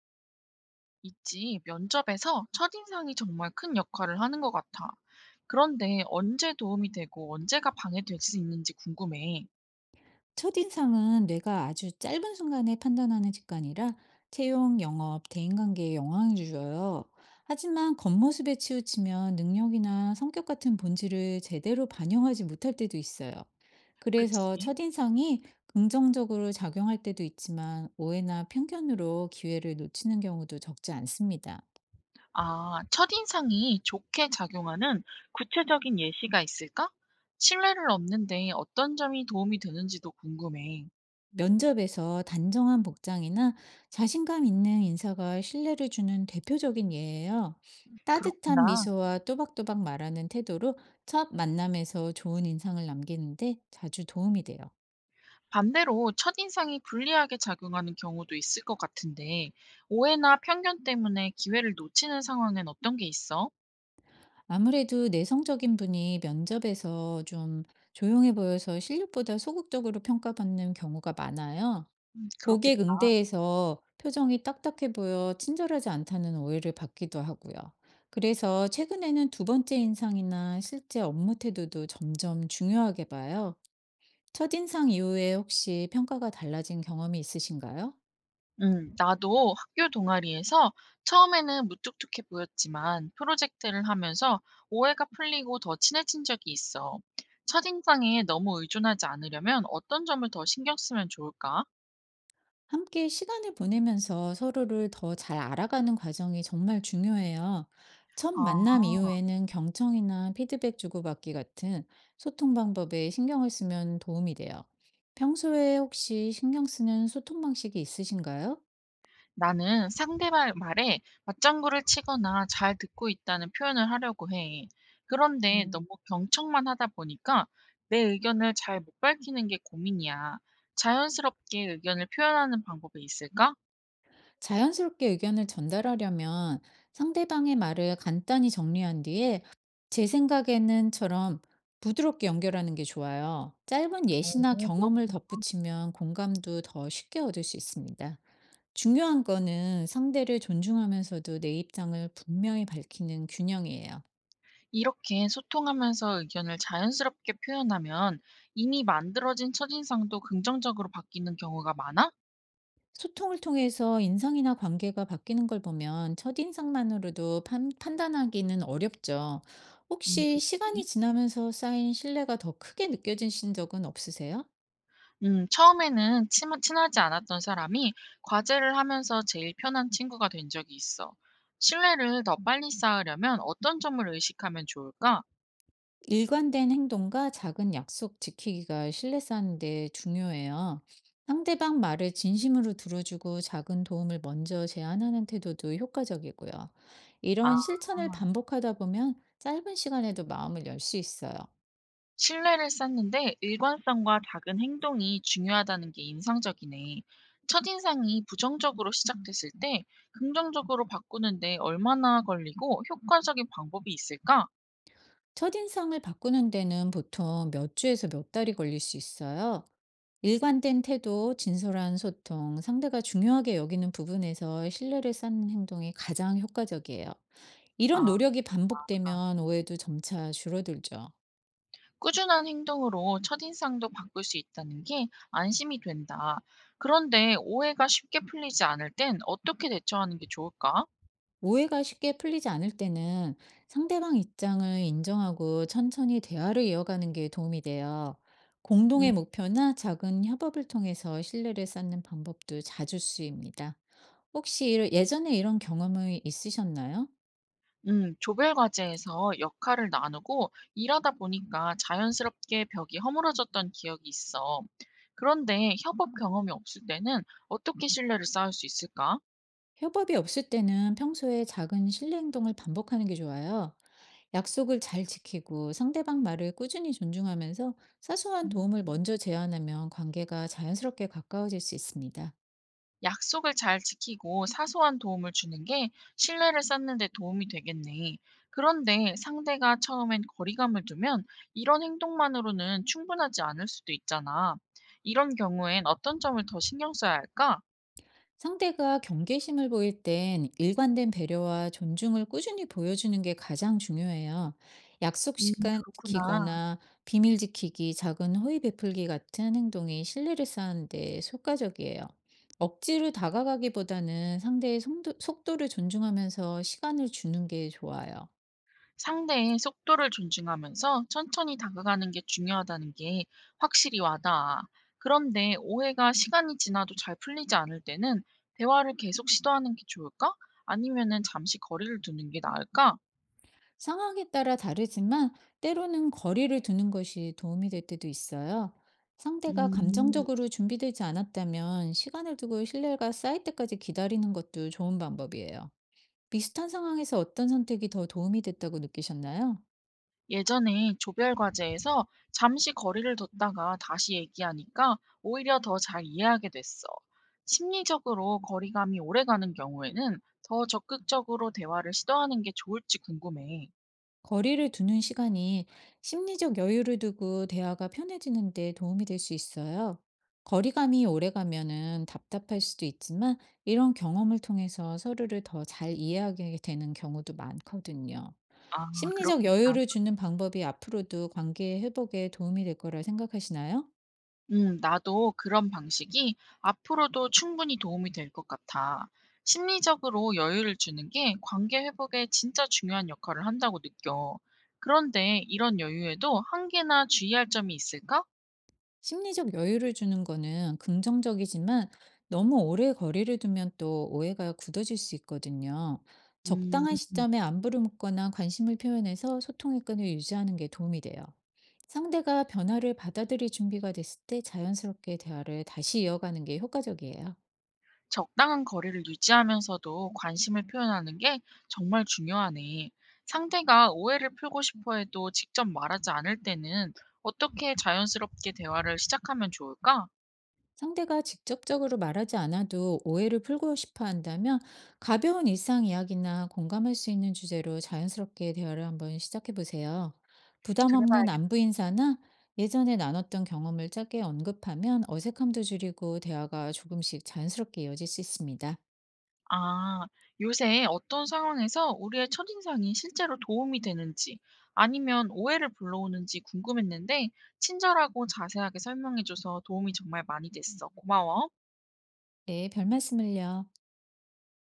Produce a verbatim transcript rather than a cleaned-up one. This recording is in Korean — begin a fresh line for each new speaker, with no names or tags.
있지. 면접에서 첫인상이 정말 큰 역할을 하는 것 같아. 그런데 언제 도움이 되고 언제가 방해될 수 있는지 궁금해.
첫인상은 뇌가 아주 짧은 순간에 판단하는 직관이라 채용, 영업, 대인관계에 영향을 주어요. 하지만 겉모습에 치우치면 능력이나 성격 같은 본질을 제대로 반영하지 못할 때도 있어요. 그래서
그치?
첫인상이 긍정적으로 작용할 때도 있지만 오해나 편견으로 기회를 놓치는 경우도 적지 않습니다.
아, 첫인상이 좋게 작용하는 구체적인 예시가 있을까? 신뢰를 얻는데 어떤 점이 도움이 되는지도 궁금해.
면접에서 단정한 복장이나 자신감 있는 인사가 신뢰를 주는 대표적인 예예요. 따뜻한
그렇구나.
미소와 또박또박 말하는 태도로 첫 만남에서 좋은 인상을 남기는데 자주 도움이 돼요.
반대로 첫인상이 불리하게 작용하는 경우도 있을 것 같은데, 오해나 편견 때문에 기회를 놓치는 상황엔 어떤 게 있어?
아무래도 내성적인 분이 면접에서 좀 조용해 보여서 실력보다 소극적으로 평가받는 경우가 많아요.
음,
고객
그렇겠다.
응대에서 표정이 딱딱해 보여 친절하지 않다는 오해를 받기도 하고요. 그래서 최근에는 두 번째 인상이나 실제 업무 태도도 점점 중요하게 봐요. 첫인상 이후에 혹시 평가가 달라진 경험이 있으신가요?
음, 나도 학교 동아리에서 처음에는 무뚝뚝해 보였지만 프로젝트를 하면서 오해가 풀리고 더 친해진 적이 있어. 첫인상에 너무 의존하지 않으려면 어떤 점을 더 신경 쓰면 좋을까?
함께 시간을 보내면서 서로를 더 잘 알아가는 과정이 정말 중요해요. 첫
아,
만남 이후에는 경청이나 피드백 주고받기 같은 소통 방법에 신경을 쓰면 도움이 돼요. 평소에 혹시 신경 쓰는 소통 방식이 있으신가요?
나는 상대 말, 말에 맞장구를 치거나 잘 듣고 있다는 표현을 하려고 해. 그런데
음.
너무 경청만 하다 보니까 내 의견을 잘 못 밝히는 게 고민이야. 자연스럽게 의견을 표현하는 방법이 있을까?
자연스럽게 의견을 전달하려면 상대방의 말을 간단히 정리한 뒤에 제 생각에는처럼 부드럽게 연결하는 게 좋아요. 짧은 예시나
오,
경험을 덧붙이면 공감도 더 쉽게 얻을 수 있습니다. 중요한 거는 상대를 존중하면서도 내 입장을 분명히 밝히는 균형이에요.
이렇게 소통하면서 의견을 자연스럽게 표현하면 이미 만들어진 첫인상도 긍정적으로 바뀌는 경우가 많아?
소통을 통해서 인상이나 관계가 바뀌는 걸 보면 첫인상만으로도 판, 판단하기는 어렵죠.
음,
혹시 시간이
그치.
지나면서 쌓인 신뢰가 더 크게 느껴지신 적은 없으세요?
음, 처음에는 친, 친하지 않았던 사람이 과제를 하면서 제일 편한 친구가 된 적이 있어. 신뢰를 더 빨리 쌓으려면 어떤 점을 의식하면 좋을까?
일관된 행동과 작은 약속 지키기가 신뢰 쌓는 데 중요해요. 상대방 말을 진심으로 들어주고 작은 도움을 먼저 제안하는 태도도 효과적이고요.
아,
이런 실천을 반복하다 보면 짧은 시간에도 마음을 열 수 있어요.
신뢰를 쌓는데 일관성과 작은 행동이 중요하다는 게 인상적이네. 첫인상이 부정적으로 시작됐을 때 긍정적으로 바꾸는데 얼마나 걸리고 효과적인 방법이 있을까?
첫인상을 바꾸는 데는 보통 몇 주에서 몇 달이 걸릴 수 있어요. 일관된 태도, 진솔한 소통, 상대가 중요하게 여기는 부분에서 신뢰를 쌓는 행동이 가장 효과적이에요.
아,
이런 노력이 반복되면 오해도 점차 줄어들죠.
꾸준한 행동으로 첫인상도 바꿀 수 있다는 게 안심이 된다. 그런데 오해가 쉽게 풀리지 않을 땐 어떻게 대처하는 게 좋을까?
오해가 쉽게 풀리지 않을 때는 상대방 입장을 인정하고 천천히 대화를 이어가는 게 도움이 돼요.
음.
공동의 목표나 작은 협업을 통해서 신뢰를 쌓는 방법도 자주 쓰입니다. 혹시 이런- 예전에 이런 경험이 있으셨나요?
음, 조별 과제에서 역할을 나누고 일하다 보니까 자연스럽게 벽이 허물어졌던 기억이 있어. 그런데 협업 경험이 없을 때는 어떻게 신뢰를 쌓을 수 있을까?
협업이 없을 때는 평소에 작은 실내 행동을 반복하는 게 좋아요. 약속을 잘 지키고 상대방 말을 꾸준히 존중하면서 사소한
음.
도움을 먼저 제안하면 관계가 자연스럽게 가까워질 수 있습니다.
약속을 잘 지키고 사소한 도움을 주는 게 신뢰를 쌓는 데 도움이 되겠네. 그런데 상대가 처음엔 거리감을 두면 이런 행동만으로는 충분하지 않을 수도 있잖아. 이런 경우엔 어떤 점을 더 신경 써야 할까?
상대가 경계심을 보일 땐 일관된 배려와 존중을 꾸준히 보여주는 게 가장 중요해요. 약속
음,
시간
그렇구나.
지키거나 비밀 지키기, 작은 호의 베풀기 같은 행동이 신뢰를 쌓는데 효과적이에요. 억지로 다가가기보다는 상대의 속도, 속도를 존중하면서 시간을 주는 게 좋아요.
상대의 속도를 존중하면서 천천히 다가가는 게 중요하다는 게 확실히 와닿아. 그런데 오해가 시간이 지나도 잘 풀리지 않을 때는 대화를 계속 시도하는 게 좋을까? 아니면은 잠시 거리를 두는 게 나을까?
상황에 따라 다르지만 때로는 거리를 두는 것이 도움이 될 때도 있어요. 상대가
음,
감정적으로 준비되지 않았다면 시간을 두고 신뢰가 쌓일 때까지 기다리는 것도 좋은 방법이에요. 비슷한 상황에서 어떤 선택이 더 도움이 됐다고 느끼셨나요?
예전에 조별 과제에서 잠시 거리를 뒀다가 다시 얘기하니까 오히려 더 잘 이해하게 됐어. 심리적으로 거리감이 오래가는 경우에는 더 적극적으로 대화를 시도하는 게 좋을지 궁금해.
거리를 두는 시간이 심리적 여유를 두고 대화가 편해지는 데 도움이 될 수 있어요. 거리감이 오래가면은 답답할 수도 있지만 이런 경험을 통해서 서로를 더 잘 이해하게 되는 경우도 많거든요.
아,
심리적
그렇겠다.
여유를 주는 방법이 앞으로도 관계 회복에 도움이 될 거라 생각하시나요?
음, 나도 그런 방식이 앞으로도 충분히 도움이 될 것 같아. 심리적으로 여유를 주는 게 관계 회복에 진짜 중요한 역할을 한다고 느껴. 그런데 이런 여유에도 한계나 주의할 점이 있을까?
심리적 여유를 주는 거는 긍정적이지만 너무 오래 거리를 두면 또 오해가 굳어질 수 있거든요.
음.
적당한 시점에 안부를 묻거나 관심을 표현해서 소통의 끈을 유지하는 게 도움이 돼요. 상대가 변화를 받아들일 준비가 됐을 때 자연스럽게 대화를 다시 이어가는 게 효과적이에요.
적당한 거리를 유지하면서도 관심을 표현하는 게 정말 중요하네. 상대가 오해를 풀고 싶어 해도 직접 말하지 않을 때는 어떻게 자연스럽게 대화를 시작하면 좋을까?
상대가 직접적으로 말하지 않아도 오해를 풀고 싶어 한다면 가벼운 일상 이야기나 공감할 수 있는 주제로 자연스럽게 대화를 한번 시작해 보세요. 부담
그래.
없는 안부 인사나 예전에 나눴던 경험을 짧게 언급하면 어색함도 줄이고 대화가 조금씩 자연스럽게 이어질 수 있습니다.
아, 요새 어떤 상황에서 우리의 첫인상이 실제로 도움이 되는지 아니면 오해를 불러오는지 궁금했는데 친절하고 자세하게 설명해줘서 도움이 정말 많이 됐어. 고마워.
네, 별 말씀을요.